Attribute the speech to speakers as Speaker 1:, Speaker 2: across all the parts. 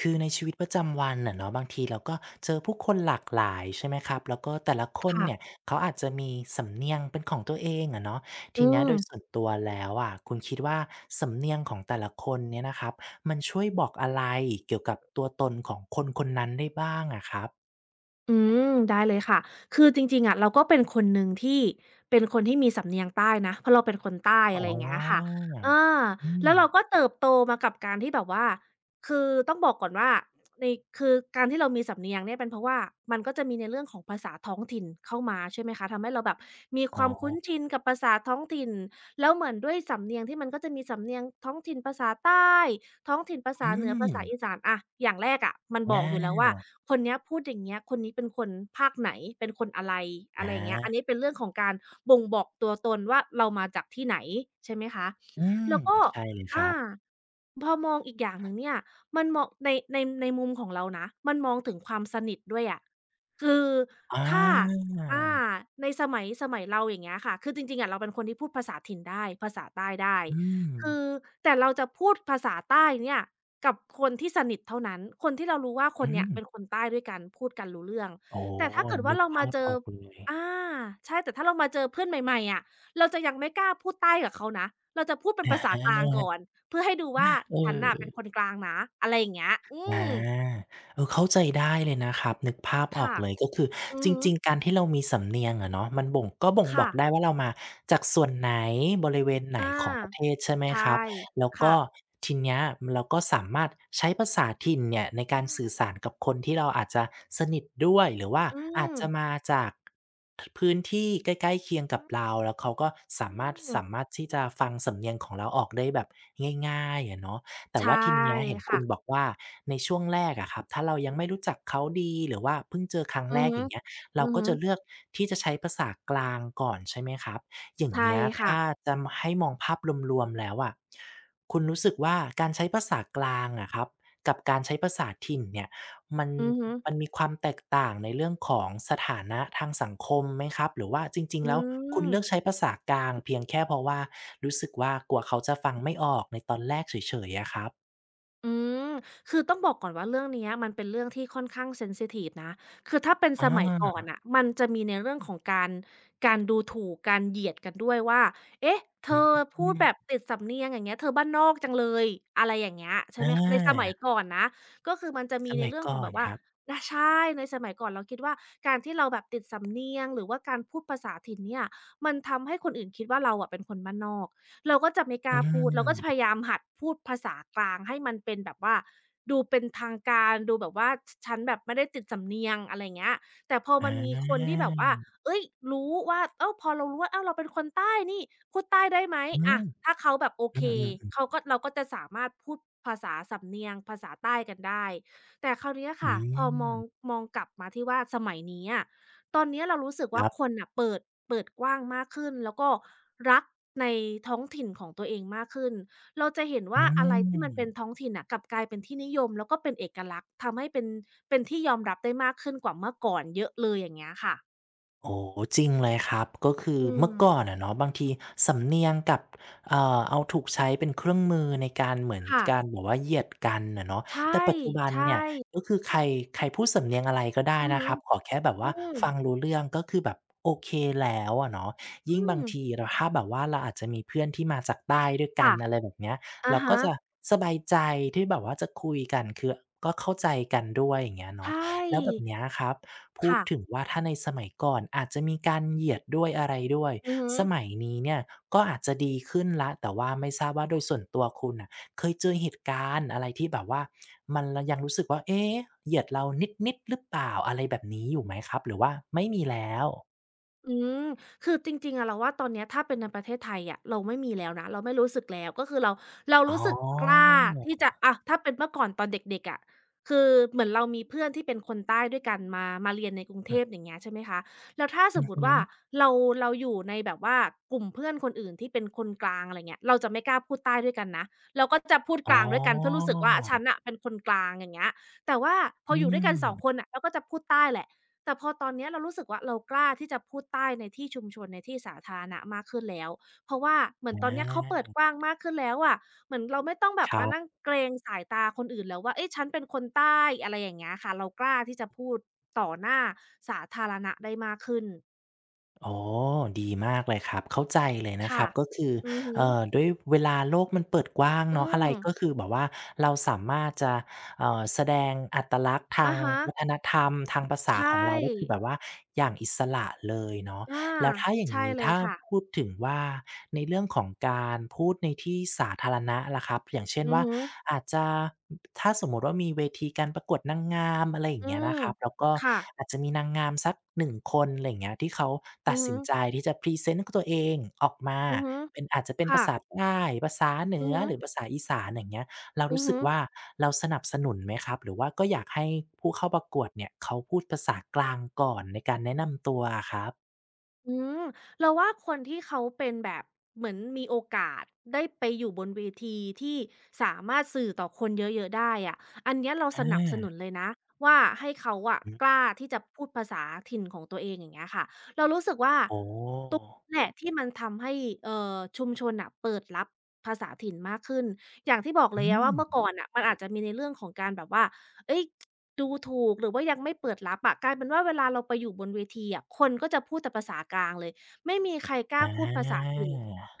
Speaker 1: คือในชีวิตประจำวันอะเนาะบางทีเราก็เจอผู้คนหลากหลายใช่ไหมครับแล้วก็แต่ละคน
Speaker 2: ค่ะ
Speaker 1: เนี่ยเขาอาจจะมีสำเนียงเป็นของตัวเองอะเนาะ
Speaker 2: อื
Speaker 1: ทีเนี้ยโดยส่ว
Speaker 2: ม
Speaker 1: นตัวแล้วอะคุณคิดว่าสำเนียงของแต่ละคนเนี่ยนะครับมันช่วยบอกอะไรเกี่ยวกับตัวตนของคนคนนั้นได้บ้างอะครับ
Speaker 2: อืม ได้เลยค่ะ คือจริงๆอะเราก็เป็นคนหนึ่งที่เป็นคนที่มีสำเนียงใต้นะ เพราะเราเป็นคนใต้
Speaker 1: อ๋
Speaker 2: อะไรอย่างเงี้ยค่ะ
Speaker 1: อ
Speaker 2: อา
Speaker 1: อื
Speaker 2: แล้
Speaker 1: ม
Speaker 2: วเราก็เติบโตมากับการที่แบบว่าคือต้องบอกก่อนว่าในคือการที่เรามีสำเนียงเนี่ยเป็นเพราะว่ามันก็จะมีในเรื่องของภาษาท้องถิ่นเข้ามาใช่ไหมคะทำให้เราแบบมี
Speaker 1: อ๋
Speaker 2: ค
Speaker 1: อ
Speaker 2: วามคุ้นชินกับภาษาท้องถิ่นแล้วเหมือนด้วยสำเนียงที่มันก็จะมีสำเนียงท้องถิ่นภาษาใต้ ท้องถิ่นภาษา
Speaker 1: อื
Speaker 2: เหนือภา
Speaker 1: ม
Speaker 2: ษาอีสานอะอย่างแรกอะมันบอกอยู่แล้ว
Speaker 1: อา
Speaker 2: ว่าคนเนี้ยพูดอย่างเงี้ยคนนี้เป็นคนภาคไหนเป็นคนอะไรอะ
Speaker 1: อา
Speaker 2: ไรอย่างเงี้ยอันนี้เป็นเรื่องของการบ่งบอกตัวตนว่าเรามาจากที่ไหนใช่ไหมคะ
Speaker 1: อืม
Speaker 2: แล้วก็
Speaker 1: ใช่เลยครั
Speaker 2: อา
Speaker 1: บ
Speaker 2: พอมองอีกอย่างหนึ่งเนี่ยมันมองในมุมของเรานะมันมองถึงความสนิทด้วยอะคือ
Speaker 1: อ
Speaker 2: ถ้า
Speaker 1: า
Speaker 2: อาในสมัยเราอย่างเงี้ยค่ะคือจริงๆอะเราเป็นคนที่พูดภาษาถิ่นได้ภาษาใต้ได้
Speaker 1: อืม
Speaker 2: คือแต่เราจะพูดภาษาใต้เนี่ยกับคนที่สนิทเท่านั้นคนที่เรารู้ว่าคน
Speaker 1: อื
Speaker 2: เนี้ย
Speaker 1: ม
Speaker 2: เป็นคนใต้ด้วยกันพูดกันรู้เรื่อง
Speaker 1: อ๋อ
Speaker 2: แต่ถ้าเกิด
Speaker 1: นึ
Speaker 2: ว่า
Speaker 1: ก
Speaker 2: เรามา
Speaker 1: ภาพ
Speaker 2: เจ
Speaker 1: อ
Speaker 2: อ
Speaker 1: อกเลย
Speaker 2: อาใช่แต่ถ้าเรามาเจอเพื่อนใหม่ๆอะเราจะยังไม่กล้าพูดใต้กับเขานะเราจะพูดเป็นภา
Speaker 1: อะ
Speaker 2: ษากลา
Speaker 1: ฮะ
Speaker 2: งก่อนเพื่อให้ดูว่า
Speaker 1: เอ
Speaker 2: ฉันน่ะเป็น
Speaker 1: อ
Speaker 2: คนกลางนะอะไรอย่างเงี้ยอื
Speaker 1: อา
Speaker 2: ม
Speaker 1: เออเข้าใจได้เลยนะครับนึกภาพออก
Speaker 2: ค่ะ
Speaker 1: เลยก็คือ
Speaker 2: อือ
Speaker 1: จ
Speaker 2: ฮึ
Speaker 1: ริงๆการที่เรามีสำเนียงอะเนาะมันก็บ่งบอ
Speaker 2: ค่ะ
Speaker 1: กได้ว่าเรามาจากส่วนไหนบริเวณไหน
Speaker 2: อา
Speaker 1: ของประเทศใช่ไหมค
Speaker 2: ใช่
Speaker 1: รับแล้ว
Speaker 2: ค่ะ
Speaker 1: ก็ทีเนี้ยเราก็สามารถใช้ภาษาถิ่นเนี่ยในการ
Speaker 2: อืม
Speaker 1: สื่อสารกับคนที่เราอาจจะสนิทด้วยหรือว่า
Speaker 2: อื
Speaker 1: อาจ
Speaker 2: ม
Speaker 1: จะมาจากพื้นที่ใกล้ๆเคียงกั
Speaker 2: อื
Speaker 1: บเรา
Speaker 2: อ
Speaker 1: แล้วเขาก็
Speaker 2: อืม
Speaker 1: สามารถที่จะฟังสำเนียงของเราออกได้แบบง่ายๆอะเนาะ แต่
Speaker 2: ใช่
Speaker 1: ว่าทีเนี้ยเห็นคุณบ
Speaker 2: ค่ะ
Speaker 1: อกว่าในช่วงแรกอะครับถ้าเรายังไม่รู้จักเขาดีหรือว่าเพิ่งเจอครั้ง
Speaker 2: อื
Speaker 1: แร
Speaker 2: อ
Speaker 1: ก
Speaker 2: ฮึ
Speaker 1: อย่างเงี้ย
Speaker 2: อื
Speaker 1: เรา
Speaker 2: อ
Speaker 1: ก็
Speaker 2: ฮึ
Speaker 1: จะเลือกที่จะใช้ภาษากลางก่อนใช่ไหมครับอย่าง
Speaker 2: ใช่
Speaker 1: เงี้ย
Speaker 2: ค่ะ
Speaker 1: ถ้าจะมให้มองภาพรวมๆแล้วอะคุณรู้สึกว่าการใช้ภาษากลางอะครับกับการใช้ภาษาถิ่นเนี่ยมัน
Speaker 2: อือฮึ
Speaker 1: มันมีความแตกต่างในเรื่องของสถานะทางสังคมไหมครับหรือว่าจริงๆ
Speaker 2: อื
Speaker 1: แล้วคุณเลือกใช้
Speaker 2: ม
Speaker 1: ภาษากลางเพียงแค่เพราะว่ารู้สึกว่ากลัวเขาจะฟังไม่ออกในตอนแรกเฉยๆอะครับ
Speaker 2: อืมคือต้องบอกก่อนว่าเรื่องเนี้ยมันเป็นเรื่องที่ค่อนข้างเซนซิทิฟนะ คือถ้าเป็น
Speaker 1: อ๋อ
Speaker 2: สมัยก่อนน่ะมันจะมีในเรื่องของการดูถูก การเหยียดกันด้วยว่าเอ๊ะเธ
Speaker 1: อื
Speaker 2: อพูดแบบ
Speaker 1: ม
Speaker 2: ติดสำเนียงอย่างเงี้ยเธอบ้านนอกจังเลย อะไรอย่างเงี้ยใช่
Speaker 1: อ
Speaker 2: ไหมในสมัย
Speaker 1: า
Speaker 2: ก่อนนะ ก็คือมันจะ
Speaker 1: ส
Speaker 2: มีใน
Speaker 1: มัย
Speaker 2: เรื่องข
Speaker 1: ก่
Speaker 2: อ
Speaker 1: อ
Speaker 2: งแบ
Speaker 1: น
Speaker 2: บ
Speaker 1: ค
Speaker 2: ว่า
Speaker 1: รับ
Speaker 2: นะใช่ในสมัยก่อนเราคิดว่าการที่เราแบบติดสำเนียงหรือว่าการพูดภาษาถิ่นเนี่ยมันทำให้คนอื่นคิดว่าเราอะเป็นคนบ้านนอก เราก็จะไม่ก
Speaker 1: อื
Speaker 2: ล้าพูดเราก็จะพ
Speaker 1: ม
Speaker 2: ยายามหัดพูดภาษากลางให้มันเป็นแบบว่าดูเป็นทางการดูแบบว่าฉันแบบไม่ได้ติดสำเนียงอะไรเงี้ยแต่พอ
Speaker 1: อ
Speaker 2: มันมีคนที่
Speaker 1: า
Speaker 2: แบบว่าเฮ้ยรู้ว่าอ้าวพอเรารู้ว่าอ้าวเราเป็นคนใต้นี่พูดใต้ได้ไหม
Speaker 1: อื
Speaker 2: อะ
Speaker 1: ม
Speaker 2: ถ้าเขาแบบโอ
Speaker 1: อื
Speaker 2: เค
Speaker 1: อๆ
Speaker 2: เราก็จะสามารถพูดภาษาสำเนียงภาษาใต้กันได้แต่คราวเนี้ย
Speaker 1: ๆอื
Speaker 2: ค่ะพอมอ
Speaker 1: ม
Speaker 2: งมองกลับมาที่ว่าสมัยนี้อะ ตอนเนี้ยเรารู้สึก
Speaker 1: ค
Speaker 2: ว่า
Speaker 1: รั
Speaker 2: ค
Speaker 1: บ
Speaker 2: นน่ะเปิดกว้างมากขึ้นแล้วก็รักในท้องถิ่นของตัวเองมากขึ้น เราจะเห็น
Speaker 1: อื
Speaker 2: ว่าอะไรที่มัน
Speaker 1: ม
Speaker 2: เป็นท้องถิ่นน่ะกลับกลายเป็นที่นิยมแล้วก็เป็นเอกลักษณ์ทำให้เป็นที่ยอมรับได้มากขึ้นกว่าเมื่อก่อนเยอะเลยอย่างเงี้ยค่ะ
Speaker 1: โอ้จริงเลยครับก็คือ
Speaker 2: อื
Speaker 1: เมื่
Speaker 2: ม
Speaker 1: อก่อนอะเนาะบางทีสำเนียงกับเอาถูกใช้เป็นเครื่องมือในการเหมือน
Speaker 2: ค่ะ
Speaker 1: การบอกว่าเหยียดกันนะเนาะ
Speaker 2: ใช่
Speaker 1: แต่ปัจจุบัน
Speaker 2: ใช
Speaker 1: เนี่
Speaker 2: ่
Speaker 1: ยก็คือใครใครพูดสำเนียงอะไรก็ได้
Speaker 2: อือ
Speaker 1: นะ
Speaker 2: ฮึ
Speaker 1: ครับขอแค่แบบ
Speaker 2: อื
Speaker 1: ว่า
Speaker 2: ม
Speaker 1: ฟังรู้เรื่องก็คือแบบโอเคแล้วอะเนาะ
Speaker 2: อื
Speaker 1: ยิ่งบาง
Speaker 2: ม
Speaker 1: ทีเราถ้าแบบว่าเราอาจจะมีเพื่อนที่มาจากใต้ด้วยกัน
Speaker 2: ค่ะ
Speaker 1: อะไรแบบเนี้ย
Speaker 2: อะ
Speaker 1: เราก็
Speaker 2: ฮะ
Speaker 1: จะสบายใจที่แบบว่าจะคุยกันคือก็เข้าใจกันด้วยอย่างเงี้ย
Speaker 2: ใช
Speaker 1: เนาะแล้วแบบ
Speaker 2: ่
Speaker 1: เนี้ยครับ พูด
Speaker 2: ค่ะ
Speaker 1: ถึงว่าถ้าในสมัยก่อนอาจจะมีการเหยียดด้วยอะไรด้วย
Speaker 2: อือฮึ
Speaker 1: สมัยนี้เนี่ยก็อาจจะดีขึ้นละแต่ว่าไม่ทราบว่าโดยส่วนตัวคุณน่ะเคยเจอเหตุการณ์อะไรที่แบบว่ามันเรายังรู้สึกว่าเอ๊ะเหยียดเรานิดๆหรือเปล่าอะไรแบบนี้อยู่ไหมครับหรือว่าไม่มีแล้ว
Speaker 2: อืมคือจริงๆอะเราว่าตอนเนี้ยถ้าเป็นในประเทศไทยอะเราไม่มีแล้วนะเราไม่รู้สึกแล้วก็คือเรา
Speaker 1: อ๋
Speaker 2: รู้สึกกล้า
Speaker 1: อ
Speaker 2: ที่จะอะถ้าเป็นเมื่อก่อนตอนเด็กๆอะคือเหมือนเรามีเพื่อนที่เป็นคนใต้ด้วยกันมาเรียนในกรุง
Speaker 1: อื
Speaker 2: เท
Speaker 1: อ
Speaker 2: พอย่างเงี้ยใช่ไหมคะแล้วถ้าส
Speaker 1: อื
Speaker 2: ม
Speaker 1: อ
Speaker 2: มุ
Speaker 1: ฮึ
Speaker 2: ติว่าเราเราอยู่ในแบบว่ากลุ่มเพื่อนคนอื่นที่เป็นคนกลางอะไรเงี้ยเราจะไม่กล้าพูดใต้ด้วยกันนะเราก็จะพูด
Speaker 1: อ๋
Speaker 2: ก
Speaker 1: อ
Speaker 2: ลางด้วยกันเพื่อรู้สึกว่าฉันน่ะเป็นคนกลางอย่างเงี้ยแต่ว่าพอ
Speaker 1: อื
Speaker 2: อยู่ด้วยกันสองค
Speaker 1: ม
Speaker 2: นน่ะเราก็จะพูดใต้แหละ แต่พอตอนเนี้ยเรารู้สึกว่าเรากล้าที่จะพูดใต้ในที่ชุมชนในที่สาธารณะมากขึ้นแล้ว เพราะว่าเหมือนตอน
Speaker 1: อา
Speaker 2: เนี้ยเขาเปิดกว้างมากขึ้นแล้วอะเหมือนเราไม่ต้องแบ
Speaker 1: ค
Speaker 2: บ
Speaker 1: รั
Speaker 2: มานั่ง
Speaker 1: บ
Speaker 2: เกรงสายตาคนอื่นแล้วว่าเอ๊ะฉันเป็นคนใต้อะไรอย่างเงี้ยค่ะเรากล้าที่จะพูดต่อหน้าสาธารณะได้มากขึ้น
Speaker 1: อ๋อดีมากเลยครับเข้าใจเลยนะค
Speaker 2: ค่ะ
Speaker 1: รับก็คือ
Speaker 2: อือฮึ
Speaker 1: ด้วยเวลาโลกมันเปิดกว้าง
Speaker 2: อื
Speaker 1: เนาะอะไร
Speaker 2: ม
Speaker 1: ก็คือแบบว่าเราสามารถจะแสดงอัตลักษณ์ทาง
Speaker 2: อะฮะ
Speaker 1: วัฒนธรรมทางภาษา
Speaker 2: ใช่
Speaker 1: ของเราก็คือแบบว่าอย่างอิสระเลยเนาะ
Speaker 2: อา
Speaker 1: แล้วถ้าอย่าง
Speaker 2: ใช่
Speaker 1: งี้
Speaker 2: เลย
Speaker 1: ถ้า
Speaker 2: ค่ะ
Speaker 1: พูดถึงว่าในเรื่องของการพูดในที่สาธารณะล่ะครับอย่างเช่น
Speaker 2: อือ
Speaker 1: ว่า
Speaker 2: ฮึ
Speaker 1: อาจจะถ้าสมมุติว่ามีเวทีการประกวดนางงามอะไรอย่าง
Speaker 2: อื
Speaker 1: เงี้ย
Speaker 2: ม
Speaker 1: นะครับแล้วก็
Speaker 2: ค่ะ
Speaker 1: อาจจะมีนางงามสักหนึ่งคนอะไรอย่างเงี้ยที่เขา
Speaker 2: อื
Speaker 1: ตัด
Speaker 2: อฮึ
Speaker 1: สินใจที่จะพรีเซนต์ตัวเองออกมา
Speaker 2: อือฮึ
Speaker 1: เป็นอาจจะเป็นภา
Speaker 2: ค่ะ
Speaker 1: ษาใต้ภาษาเหนื
Speaker 2: อือ
Speaker 1: อ
Speaker 2: ฮึ
Speaker 1: หรือภาษาอีสานอย่างเงี้ยเรา
Speaker 2: อื
Speaker 1: รู้
Speaker 2: อ
Speaker 1: สึก
Speaker 2: ฮึ
Speaker 1: ว่าเราสนับสนุนไหมครับหรือว่าก็อยากให้ผู้เข้าประกวดเนี่ยเขาพูดภาษากลางก่อนในการแนะนำตัวอะครับ
Speaker 2: อืมเราว่าคนที่เขาเป็นแบบเหมือนมีโอกาสได้ไปอยู่บนเวทีที่สามารถสื่อต่อคนเยอะๆได้อะอันเนี้ยเรา
Speaker 1: อ
Speaker 2: สนับสนุน
Speaker 1: า
Speaker 2: เลยนะว่าให้เขาอะ
Speaker 1: อืม
Speaker 2: กล้าที่จะพูดภาษาถิ่นของตัวเองอย่างเงี้ยค่ะเรารู้สึกว่า
Speaker 1: อ๋
Speaker 2: ตรง
Speaker 1: อ
Speaker 2: นี้แหละที่มันทำให้ชุมชนน่ะเปิดรับภาษาถิ่นมากขึ้นอย่างที่บอก
Speaker 1: อื
Speaker 2: เลยอะว่าเมื่อ
Speaker 1: ม
Speaker 2: ก่อนน่ะมันอาจจะมีในเรื่องของการแบบว่าเฮ้ย ดูถูกหรือว่ายังไม่เปิดรับอะกลายเป็นว่าเวลาเราไปอยู่บนเวทีอะคนก็จะพูดแต่ภาษากลางเลยไม่มีใครก
Speaker 1: อ
Speaker 2: ล้าพูดภาษา
Speaker 1: า
Speaker 2: ถิ่น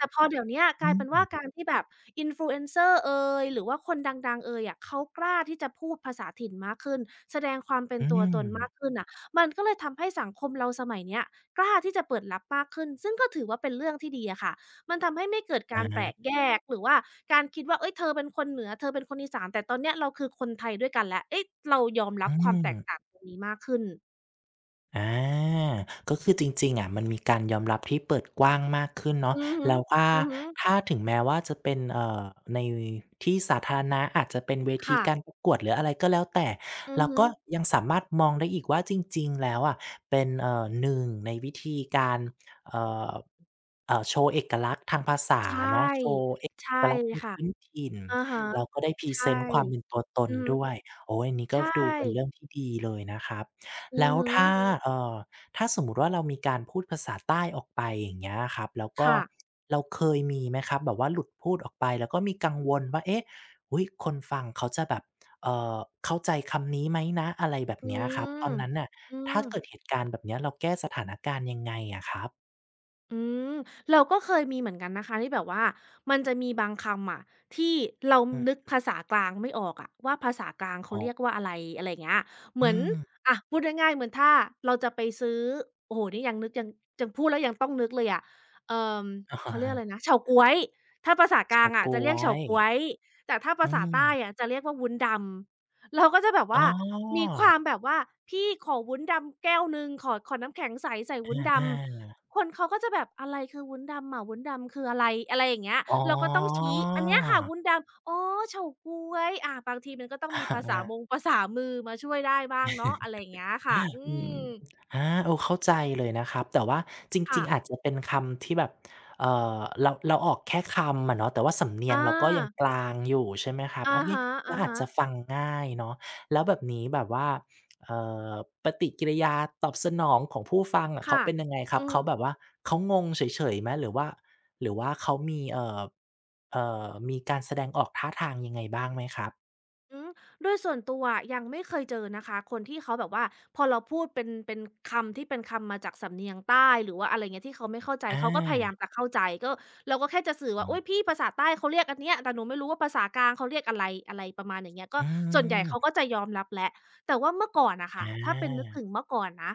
Speaker 2: แต่พอเดี๋ยวเนี้ยก
Speaker 1: อื
Speaker 2: ลาย
Speaker 1: ม
Speaker 2: เป็น
Speaker 1: อื
Speaker 2: ว่า
Speaker 1: ม
Speaker 2: การที่แบบ Influencer เอยหรือว่าคนดังๆเอยอะเขากล้าที่จะพูดภาษาถิ่นมากขึ้นแสดงความเป็นตัวตนมากขึ้นน่ะมันก็เลยทำให้สังคมเราสมัยเนี้ยกล้าที่จะเปิดรับมากขึ้นซึ่งก็ถือว่าเป็นเรื่องที่ดีอะค่ะ มันทำให้ไม่เกิด
Speaker 1: อา
Speaker 2: การแปลกแยกหรือว่าการคิดว่าเฮ้ยเธอเป็นคนเหนือเธอเป็นคนอีสานแต่ตอนเนี้ยเราคือคนไทยด้วยกันแล้วเอ๊ะเรายอมรั
Speaker 1: อื
Speaker 2: บความแต
Speaker 1: ม
Speaker 2: กต่างตรงนี้มากขึ้น
Speaker 1: อาก็คือจริงๆอะมันมีการยอมรับที่เปิดกว้างมากขึ้นเนาะ
Speaker 2: อือฮึ
Speaker 1: แล้วว่า
Speaker 2: อือฮึ
Speaker 1: ถ้าถึงแม้ว่าจะเป็นในที่สาธารณะอาจจะเป็นเวที
Speaker 2: ค่ะ
Speaker 1: การประกวดหรืออะไรก็แล้วแต่
Speaker 2: อือ
Speaker 1: เรา
Speaker 2: ฮึ
Speaker 1: ก็ยังสามารถมองได้อีกว่าจริงๆแล้วอะเป็นหนึ่งในวิธีการเอ่อโชว์เอกลักษณ์ทางภาษา
Speaker 2: ใช่
Speaker 1: เนาะโชว์เอ
Speaker 2: ใช่
Speaker 1: กลักษณ์ใน
Speaker 2: ค่ะ
Speaker 1: พื้นถิ่น
Speaker 2: อะฮะ
Speaker 1: แล้วก็ได้พรีเซ
Speaker 2: ใช่
Speaker 1: นต์ความเป็นตัวตน
Speaker 2: อือฮึ
Speaker 1: ด้วยโอ้อันนี้ก็
Speaker 2: ใช่
Speaker 1: ดูเป็นเรื่องที่ดีเลยนะครับ
Speaker 2: อื
Speaker 1: แล้
Speaker 2: อ
Speaker 1: ว
Speaker 2: ฮึ
Speaker 1: ถ้าเอ่อถ้าสมมุติว่าเรามีการพูดภาษาใต้ออกไปอย่างเงี้ยครับแล้วก็
Speaker 2: ค่ะ
Speaker 1: เราเคยมีไหมครับแบบว่าหลุดพูดออกไปแล้วก็มีกังวลว่าเอ๊ะอุ๊ยคนฟังเขาจะแบบเอ่อเข้าใจคำนี้ไหมนะอะไรแบบ
Speaker 2: อื
Speaker 1: เนี้ยครับตอ
Speaker 2: ม
Speaker 1: นนั้นน่ะ
Speaker 2: อืม
Speaker 1: ถ้าเกิดเหตุการณ์แบบเนี้ยเราแก้สถานการณ์ยังไงอะครับ
Speaker 2: อืมเราก็เคยมีเหมือนกันนะคะที่แบบว่ามันจะมีบางคำอะที่เรา
Speaker 1: อื
Speaker 2: นึ
Speaker 1: ม
Speaker 2: กภาษากลางไม่ออกอะว่าภาษากลางเขา
Speaker 1: อ๋อ
Speaker 2: เรียกว่าอะไรอะไรเงี้ยเหมื
Speaker 1: อื
Speaker 2: อน
Speaker 1: ม
Speaker 2: อะพูดง่ายๆเหมือนถ้าเราจะไปซื้อโอ้โฮนี่ยังนึกยังพูดแล้วยังต้องนึกเลยอะเอ่อ
Speaker 1: อะ
Speaker 2: เขาเรียก
Speaker 1: ฮะ
Speaker 2: อะไรนะเฉาก๊วยถ้าภาษากลา
Speaker 1: เฉา
Speaker 2: งอะ
Speaker 1: ก๊
Speaker 2: จะ
Speaker 1: ว
Speaker 2: เรียกเฉา
Speaker 1: ย
Speaker 2: ก๊วยแต่ถ้า
Speaker 1: อื
Speaker 2: ภาษาใต้
Speaker 1: ม
Speaker 2: อะจะเรียกว่าวุ้นดำเราก็จะแบบ
Speaker 1: อ๋อ
Speaker 2: ว่ามีความแบบว่าพี่ขอวุ้นดำแก้วหนึ่งขอน้ำแข็งใสใส่วุ้น
Speaker 1: อ
Speaker 2: ดำ
Speaker 1: า
Speaker 2: คนเขาก็จะแบบอะไรคือวุ้นดำอะวุ้นดำคืออะไรอะไรอย่างเงี้ย
Speaker 1: ๆอ๋อ
Speaker 2: เราก็ต้องชี้อันเนี้ยค่ะวุ้นดำอ๋อเฉาก๊วยอาบางทีมันก็ต้อง
Speaker 1: อะ
Speaker 2: มี
Speaker 1: ฮ
Speaker 2: ภาษา
Speaker 1: ะ
Speaker 2: มง ภาษามือมาช่วยได้บ้างเนาะอะไรอย่างเงี้ยค่ะอื
Speaker 1: อืม
Speaker 2: ม
Speaker 1: อาเออเข้าใจเลยนะครับแต่ว่าจริ
Speaker 2: ค่ะ
Speaker 1: งๆอาจจะเป็นคำที่แบบเอ่เราออกแค่คำอะเนาะแต่ว่าสำเนียง
Speaker 2: อา
Speaker 1: เราก็ยังกลางอยู่ใช่ไหมครับอั
Speaker 2: อะ
Speaker 1: น
Speaker 2: ฮ
Speaker 1: นี้ก็อาจ
Speaker 2: ะ
Speaker 1: จะฟังง่ายเนาะแล้วแบบนี้แบบว่าเอ่อปฏิกิริยาตอบสนองของผู้ฟังอะ
Speaker 2: ๆ
Speaker 1: เขา
Speaker 2: ค่ะ
Speaker 1: เป็นยังไงครับ
Speaker 2: อือฮึ
Speaker 1: เขาแบบว่าเขางงเฉยๆไหมหรือว่าหรือว่าเขามีเอ่มีการแสดงออกท่าทางยังไงบ้างไหมครับ
Speaker 2: อืมด้วยส่วนตัวยังไม่เคยเจอนะคะคนที่เขาแบบว่าพอเราพูดเป็นคำที่เป็นคำมาจากสำเนียงใต้หรือว่าอะไรเงี้ยที่เขาไม่เข้าใจ
Speaker 1: อ
Speaker 2: เขาก็พยายาม
Speaker 1: า
Speaker 2: จะเข้าใจก็เราก็แค่จะสื่อ
Speaker 1: อ๋
Speaker 2: ว่า
Speaker 1: อ
Speaker 2: โอ้ยพี่ภาษาใต้เขาเรียกอันเนี้ยแต่หนูไม่รู้ว่าภาษากลางเขาเรียกอะไรอะไรประมาณอย่างเงี้ยก็
Speaker 1: อื
Speaker 2: ส่วนใหญ่เขา
Speaker 1: ม
Speaker 2: ก็จะยอมรับแหละแต่ว่าเมื่อก่อนนะ
Speaker 1: อ
Speaker 2: คะถ้า
Speaker 1: า
Speaker 2: เป็นนึกถึงเมื่อก่อนนะ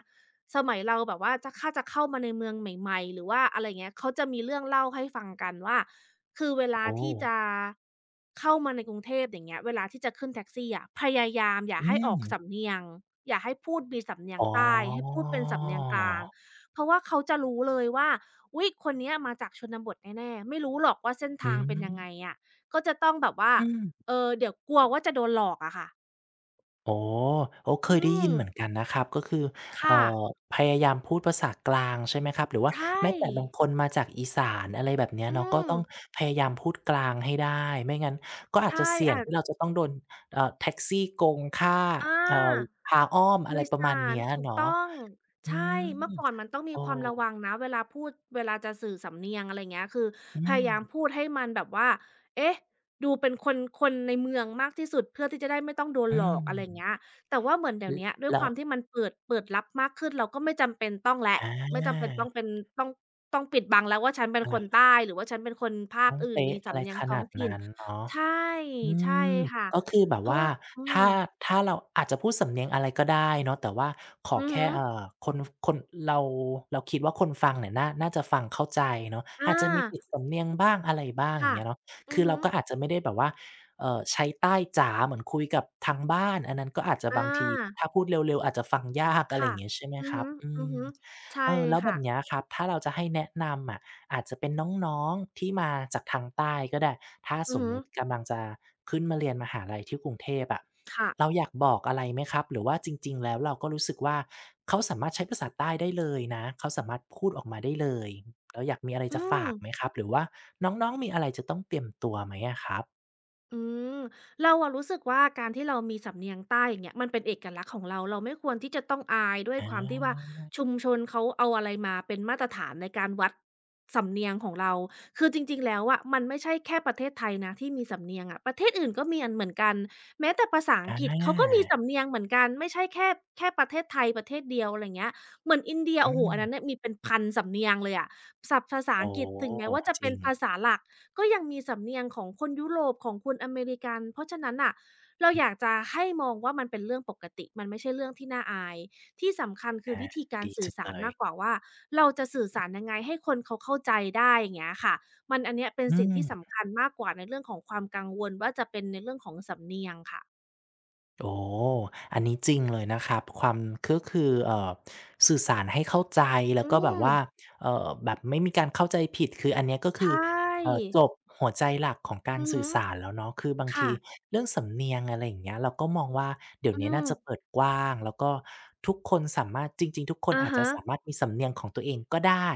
Speaker 2: สมัยเราแบบว่าจะเข้ามาในเมืองใหม่ๆหรือว่าอะไรเงี้ยเขาจะมีเรื่องเล่าให้ฟังกันว่า คือเวลา
Speaker 1: โอ้
Speaker 2: ที่จะเข้ามาในกรุงเทพอย่างเงี้ยเวลาที่จะขึ้นแท็กซี่อะพยายามอย่า
Speaker 1: อื
Speaker 2: ให้อ
Speaker 1: ม
Speaker 2: อกสำเนียงอย่าให้พูดมีสำเนีย
Speaker 1: อ๋
Speaker 2: งใต้ให้
Speaker 1: อ
Speaker 2: พูดเป็นสำเนียงกลางเพราะว่าเขาจะรู้เลยว่าอุ๊ยคนเนี้ยมาจากชนบทแน่ๆไม่รู้หรอกว่าเส้น
Speaker 1: อื
Speaker 2: ทางเป็นยังไง
Speaker 1: ม
Speaker 2: อะก็จะต้องแบบว่าเออเดี๋ยวกลัวว่าจะโดนหลอกอะค่ะ
Speaker 1: โอ๋อโอ้เค
Speaker 2: อื
Speaker 1: ยได้ยิน
Speaker 2: ม
Speaker 1: เหมือนกันนะครับก็คือเอ่อ
Speaker 2: ค่ะ
Speaker 1: พยายามพูดภาษากลางใช่ไหมครับ หรือว่า
Speaker 2: ใช่
Speaker 1: แม้แต่บางคนมาจากอีสานอะไรแบบเนี้ย
Speaker 2: อื
Speaker 1: เนาะก็
Speaker 2: ม
Speaker 1: ต้องพยายามพูดกลางให้ได้ไม่งั้นก็อาจจะ
Speaker 2: ใช่
Speaker 1: เสี่ยง
Speaker 2: อาจ
Speaker 1: ที่เราจะต้องโดนแท็กซี่โกงค่า
Speaker 2: อา
Speaker 1: เอ่อพาอ้อมอะ
Speaker 2: โด
Speaker 1: ไร
Speaker 2: ย
Speaker 1: ป
Speaker 2: ส
Speaker 1: ระมาณ
Speaker 2: าร
Speaker 1: เนี้ย
Speaker 2: ถูก
Speaker 1: เนาะ
Speaker 2: ต้อง
Speaker 1: อื
Speaker 2: ใช่
Speaker 1: ม
Speaker 2: เมื่อก่อนมันต้องมี
Speaker 1: โอ้
Speaker 2: ความระวังนะเวลาพูดเวลาจะสื่อสำเนียงอะไรเงี้ยคือ
Speaker 1: อื
Speaker 2: พ
Speaker 1: ม
Speaker 2: ยายามพูดให้มันแบบว่าเอ๊ะดูเป็นคนในเมืองมากที่สุดเพื่อที่จะได้ไม่ต้องโดน
Speaker 1: อื
Speaker 2: หลอก
Speaker 1: ม
Speaker 2: อะไรเงี้ยแต่ว่าเหมือน
Speaker 1: ล
Speaker 2: เดี๋ยวเนี้ยด้วยค
Speaker 1: แล้ว
Speaker 2: วามที่มันเปิดรับมากขึ้นเราก็ไม่จำเป็นต้องแล้ว
Speaker 1: อ
Speaker 2: ไม่จำเป็น
Speaker 1: า
Speaker 2: ต้องเป็นต้องต้องปิดบังแล้วว่าฉันเป็นคน
Speaker 1: อา
Speaker 2: ใต้หรือว่าฉันเป็นคนภา
Speaker 1: ต้
Speaker 2: ค
Speaker 1: อง
Speaker 2: อื่น
Speaker 1: เป๊ะ
Speaker 2: มี
Speaker 1: อะไร
Speaker 2: สำเนียง
Speaker 1: ข
Speaker 2: ท้อ
Speaker 1: นา
Speaker 2: ง
Speaker 1: ด
Speaker 2: ถิ่น
Speaker 1: นั้นเนาะ
Speaker 2: ใช่
Speaker 1: อื
Speaker 2: ใช่
Speaker 1: ม
Speaker 2: ค่ะ
Speaker 1: ก็คือแบบ
Speaker 2: เพราะ
Speaker 1: ว่า
Speaker 2: ว่าอืม
Speaker 1: ถ้าถ้าเราอาจจะพูดสำเนียงอะไรก็ได้เนาะแต่ว่าขอ
Speaker 2: อือ
Speaker 1: แค่
Speaker 2: ฮึ
Speaker 1: คนคนเราเราคิดว่าคนฟังเนี่ยน่าน่าจะฟังเข้าใจเนาะอา
Speaker 2: อา
Speaker 1: จจะมีติดสำเนียงบ้างอะไรบ้างอย่าง
Speaker 2: ค่ะ
Speaker 1: เงี้ยเนาะ
Speaker 2: อื
Speaker 1: คื
Speaker 2: อ
Speaker 1: อเรา
Speaker 2: ฮึ
Speaker 1: ก็อาจจะไม่ได้แบบว่าใช้ใต้จ๋าเหมือนคุยกับทางบ้านอันนั้นก็อาจจะบา
Speaker 2: อา
Speaker 1: งทีถ้าพูดเร็วๆอาจจะฟังยากอะไรอ
Speaker 2: ค่ะ
Speaker 1: ย่างเงี้ยใช่ไหม
Speaker 2: อื
Speaker 1: ค
Speaker 2: อ
Speaker 1: รับอืม
Speaker 2: ฮึๆใช่
Speaker 1: เออแล้วแบ
Speaker 2: ค่ะ
Speaker 1: บเนี้ยครับถ้าเราจะให้แนะนำอะ อาจจะเป็นน้องๆที่มาจากทางใต้ก็ได้ถ้าส
Speaker 2: อือ
Speaker 1: ม
Speaker 2: ฮึ
Speaker 1: มุติกำลังจะขึ้นมาเรียนมหาลัยที่กรุงเทพอะ
Speaker 2: ค่ะ
Speaker 1: เราอยากบอกอะไรไหมครับหรือว่าจริงๆแล้วเราก็รู้สึกว่าเขาสามารถใช้ภาษาใต้ได้เลยนะเขาสามารถพูดออกมาได้เลยแล้วอยากมีอะไร
Speaker 2: อื
Speaker 1: จะฝา
Speaker 2: ม
Speaker 1: กไหมครับหรือว่าน้องๆมีอะไรจะต้องเตรียมตัวไหมอะครับ
Speaker 2: อืมเราอะรู้สึกว่าการที่เรามีสำเนียงใต้อย่างเงี้ยมันเป็นเอกลักษณ์ของเราเราไม่ควรที่จะต้องอายด้วยความที่
Speaker 1: อา
Speaker 2: ว่าชุมชนเขาเอาอะไรมาเป็นมาตรฐานในการวัดสำเนียงของเราคือจริงๆแล้วอะมันไม่ใช่แค่ประเทศไทยนะที่มีสำเนียงอะประเทศอื่นก็มีอันเหมือนกันแม้แต่ภาษา
Speaker 1: อ
Speaker 2: อังกฤษเขาก็มี
Speaker 1: า
Speaker 2: สำเนียงเหมือนกันไม่ใช่แค่แค่ประเทศไทยประเทศเดียวอะไรเงี้ยเหมือนอินเดีย
Speaker 1: อื
Speaker 2: โอ้โฮ
Speaker 1: ม
Speaker 2: อันนั้นเนี่ยมีเป็นพันสำเนียงเลยอะศัพท์ภาษา
Speaker 1: โอ้
Speaker 2: อังกฤษ
Speaker 1: โ
Speaker 2: ถึงแม้
Speaker 1: ฮ
Speaker 2: ว่าจะ
Speaker 1: จ
Speaker 2: เป็
Speaker 1: ริ
Speaker 2: น
Speaker 1: ง
Speaker 2: ภาษาหลัก ก็ยังมีสำเนียงของคนยุโรปของคนอเมริกันเพราะฉะนั้นน่ะเรา
Speaker 1: อื
Speaker 2: อ
Speaker 1: ม
Speaker 2: ยากจะให้มองว่ามันเป็นเรื่องปกติมันไม่ใช่เรื่องที่น่าอายที่สำคัญคือ
Speaker 1: อา
Speaker 2: วิธีการ
Speaker 1: ดี
Speaker 2: สื่
Speaker 1: จั
Speaker 2: อ
Speaker 1: ง
Speaker 2: สาร
Speaker 1: เลย
Speaker 2: มากกว่าว่าเราจะสื่อสารยังไงให้คนเขาเข้าใจได้อย่างเงี้ยค่ะมันอันเนี้ยเป็น
Speaker 1: อื
Speaker 2: สิ่งที่สำ
Speaker 1: ม
Speaker 2: คัญมากกว่าในเรื่องของความกังวลว่าจะเป็นในเรื่องของสำเนียงค่ะ
Speaker 1: โอ้อันนี้จริงเลยนะครับความก็คือสื่อสารให้เข้าใจแล้
Speaker 2: อื
Speaker 1: วก็แบบ
Speaker 2: ม
Speaker 1: ว่าแบบไม่มีการเข้าใจผิดคืออันเนี้ยก็
Speaker 2: ใช
Speaker 1: คือเอ่
Speaker 2: ่
Speaker 1: จบหัวใจหลักของการ
Speaker 2: อือ
Speaker 1: สื่
Speaker 2: ฮึ
Speaker 1: อสารแล้วเนาะคือบางที
Speaker 2: ค่ะ
Speaker 1: เรื่องสำเนียงอะไรอย่างเงี้ยเราก็มองว่าเดี๋ยว
Speaker 2: อื
Speaker 1: นี้
Speaker 2: ม
Speaker 1: น่าจะเปิดกว้างแล้วก็ทุกคนสามารถจริงๆทุกคน
Speaker 2: อะ
Speaker 1: อาจจะ
Speaker 2: ฮะ
Speaker 1: สามารถมีสำเนียงของตัวเองก็ได้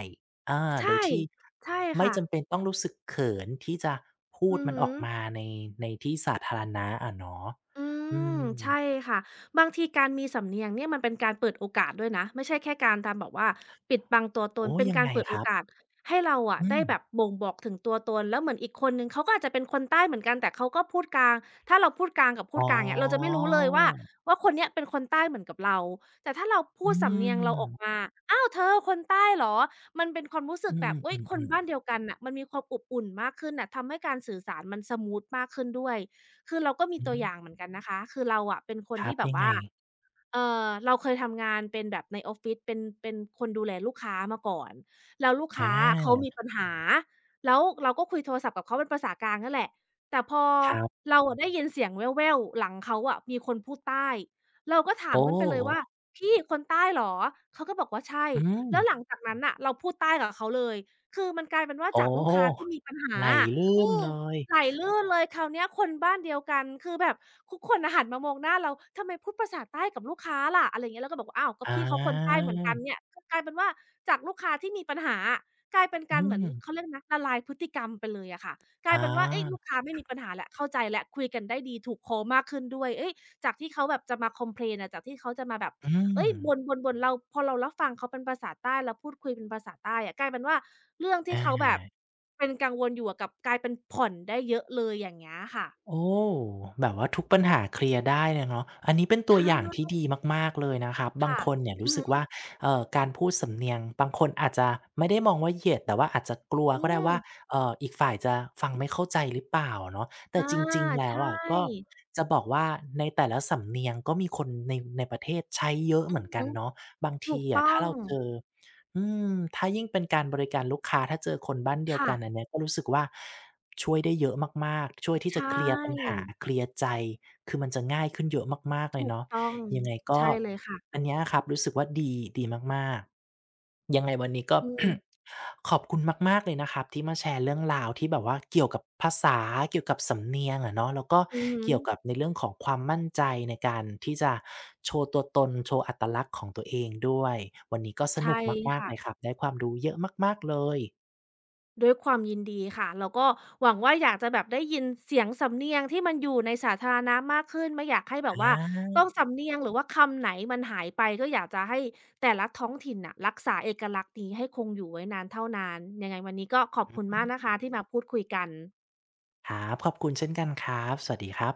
Speaker 1: อาโดย
Speaker 2: ใช่
Speaker 1: ที่
Speaker 2: ใช่
Speaker 1: ไม่
Speaker 2: ค่ะ
Speaker 1: จำเป็นต้องรู้สึกเขินที่จะพูด
Speaker 2: อือ
Speaker 1: มัน
Speaker 2: ฮึ
Speaker 1: ออกมาในในที่สาธารณะอะเนาะ
Speaker 2: อื
Speaker 1: อื
Speaker 2: ม
Speaker 1: ม
Speaker 2: ใช่ค่ะบางทีการมีสำเนียงเนี่ยมันเป็นการเปิดโอกาสด้วยนะไม่ใช่แค่การตามแบบว่าปิดบังตัวตน
Speaker 1: โอ้
Speaker 2: เป็น
Speaker 1: ยัง
Speaker 2: การ
Speaker 1: ไง
Speaker 2: เปิด
Speaker 1: ค
Speaker 2: โอ
Speaker 1: รับ
Speaker 2: กาสให้เราอะ
Speaker 1: อื
Speaker 2: ได้
Speaker 1: ม
Speaker 2: แบบบ่งบอกถึงตัวตนแล้วเหมือนอีกคนหนึ่งเขาก็อาจจะเป็นคนใต้เหมือนกันแต่เขาก็พูดกลางถ้าเราพูดกลางกับพู
Speaker 1: อ๋อ
Speaker 2: ดกลางเนี่ยเราจะไม่รู้เลยว่าว่าคนเนี้ยเป็นคนใต้เหมือนกับเราแต่ถ้าเราพู
Speaker 1: อื
Speaker 2: ดสำเนียงเราออกมา
Speaker 1: ม
Speaker 2: อ้าวเธอคนใต้เหรอมันเป็นความรู้สึ
Speaker 1: อื
Speaker 2: กแบบอุย
Speaker 1: ม
Speaker 2: คน
Speaker 1: ๆๆ
Speaker 2: บ้าน
Speaker 1: ๆ
Speaker 2: เดียวกันน่ะมันมีความอบอุ่นมากขึ้นน่ะทำให้การสื่อสารมันสมูทมากขึ้นด้วย คือเราก็มี
Speaker 1: อื
Speaker 2: ตัว
Speaker 1: ม
Speaker 2: อย่างเหมือนกันนะคะ คือเราอะเป็นคน
Speaker 1: ครั
Speaker 2: ที่
Speaker 1: บ
Speaker 2: แบบ
Speaker 1: ยังไง
Speaker 2: ว่าเอเราเคยทำงานเป็นแบบในออฟฟิศเป็นคนดูแลลูกค้ามาก่อนแล้วลูก
Speaker 1: อ
Speaker 2: ค้าอเขา
Speaker 1: า
Speaker 2: มีปัญหาแล้วเราก็คุยโทรศัพท์กับเขาเป็นภาษากลางนั่นแหละ แต่พอ
Speaker 1: ครับ
Speaker 2: เราอะได้ยินเสียงแว่วๆหลังเขาอะมีคนพูดใต้ เราก็ถาม
Speaker 1: โอ้
Speaker 2: ขึ้นไปเลยว่าพี่คนใต้เหรอ เขาก็บอกว่าใช่
Speaker 1: อืม
Speaker 2: แล้วหลังจากนั้นน่ะเราพูดใต้กับเขาเลยคือมันกลายเป็นว่า
Speaker 1: โอ้
Speaker 2: จากลูกค้าที่มีปัญหา
Speaker 1: ไหลลื่
Speaker 2: อื
Speaker 1: น
Speaker 2: ม
Speaker 1: เลย
Speaker 2: ไหลลื่นเลยคราวเนี้ยคนบ้านเดียวกันคือแบบทุกคนน่ะหันมามองหน้าเราทำไมพูดภาษาใต้กับลูกค้าล่ะอะไรอย่างเงี้ยเราก็บอกว่าอ้าวก็
Speaker 1: อ
Speaker 2: พี่เขาคนใต้
Speaker 1: า
Speaker 2: เหมือนกันเนี่ยคือกลายเป็นว่าจากลูกค้าที่มีปัญหาอะกลายเป็น
Speaker 1: อื
Speaker 2: การเหมือนเขา
Speaker 1: ม
Speaker 2: เรียกนะละลายพฤติกรรมไปเลยอะค่ะก
Speaker 1: อ
Speaker 2: ลายเป็นว่าเอ๊ยลู
Speaker 1: า
Speaker 2: กค้าไม่มีปัญหาแล้วเข้าใจแล้วคุยกันได้ดีถูกคอมากขึ้นด้วยเอ๊ยจากที่เขาแบบจะมา complain อะจากที่เขาจะมาแบบ
Speaker 1: อืม
Speaker 2: เอ้ยบนบนบนๆเราพอเรารับฟังเขาเป็นภาษาใต้เราพูดคุยเป็นภาษาใต้อะกลายเป็นว่าเรื่องที่
Speaker 1: อา
Speaker 2: เขาแบบเป็นกังวลอยู่อะกลับกลายเป็นผ่อนได้เยอะเลยอย่างเงี้ยค่ะ
Speaker 1: โอ้แบบว่าทุกปัญหาเคลียร์ได้เลยเนาะอันนี้เป็นตัว
Speaker 2: ใช่
Speaker 1: อย่างที่ดีมากๆเลยนะครับบาง
Speaker 2: ค่ะ
Speaker 1: คนเนี่ย
Speaker 2: อื
Speaker 1: รู้
Speaker 2: อ
Speaker 1: สึก
Speaker 2: ฮึ
Speaker 1: ว่าการพูดสำเนียงบางคนอาจจะไม่ได้มองว่าเหยียดแต่ว่าอาจจะกลัว
Speaker 2: อื
Speaker 1: ก็ได้ว่า
Speaker 2: ม
Speaker 1: อีกฝ่ายจะฟังไม่เข้าใจหรือเปล่าเนาะแต่
Speaker 2: อา
Speaker 1: จริงๆแล้ว
Speaker 2: ใช่
Speaker 1: อะก็จะบอกว่าในแต่ละสำเนียงก็มีคนในประเทศใช้เยอะ
Speaker 2: อื
Speaker 1: เหมื
Speaker 2: อ
Speaker 1: อนกั
Speaker 2: ฮึ
Speaker 1: นเนาะบาง
Speaker 2: ถู
Speaker 1: ที
Speaker 2: ก
Speaker 1: อะ
Speaker 2: ต้อ
Speaker 1: ถ้า
Speaker 2: ง
Speaker 1: เราเจออืมถ้ายิ่งเป็นการบริการลูกค้าถ้าเจอคนบ้านเดียว
Speaker 2: ค่ะ
Speaker 1: กันอันเนี้ยก็รู้สึกว่า ช่วยได้เยอะมากๆช่วยที่จะ
Speaker 2: ใช่
Speaker 1: เคลียร์ปัญหาเคลียร์ใจคือมันจะง่ายขึ้นเยอะมากๆเลย
Speaker 2: ถูก
Speaker 1: เนาะ
Speaker 2: ต้อง
Speaker 1: ยังไงก็
Speaker 2: ใช่เลยค่ะ
Speaker 1: อันเนี้ยครับรู้สึกว่าดีดีมากๆยังไงวันนี้ก็
Speaker 2: อืม
Speaker 1: ขอบคุณมากๆเลยนะครับที่มาแชร์เรื่องราวที่แบบว่าเกี่ยวกับภาษาเกี่ยวกับสำเนียงอะเนาะแล้วก็
Speaker 2: อือฮึ
Speaker 1: เกี่ยวกับในเรื่องของความมั่นใจในการที่จะโชว์ตัวตนโชว์อัตลักษณ์ของตัวเองด้วยวันนี้ก็ส
Speaker 2: ใช่
Speaker 1: นุกมากๆ
Speaker 2: ค่ะ
Speaker 1: เลยครับได้ความรู้เยอะมากๆเลย
Speaker 2: ด้วยความยินดีค่ะแล้วก็หวังว่าอยากจะแบบได้ยินเสียงสำเนียงที่มันอยู่ในสาธารณะมากขึ้นไม่อยากให้แบบ
Speaker 1: อ
Speaker 2: ว่าต้
Speaker 1: า
Speaker 2: องสำเนียงหรือว่าคำไหนมันหายไปก็อยากจะให้แต่ละท้องถิ่นน่ะรักษาเอกลักษณ์นี้ให้คงอยู่ไว้นานเท่านานยังไงวันนี้ก็ขอบคุณ
Speaker 1: อื
Speaker 2: มากนะ
Speaker 1: ม
Speaker 2: คะที่มาพูดคุยกัน
Speaker 1: ครับขอบคุณเช่นกันครับ สวัสดีครับ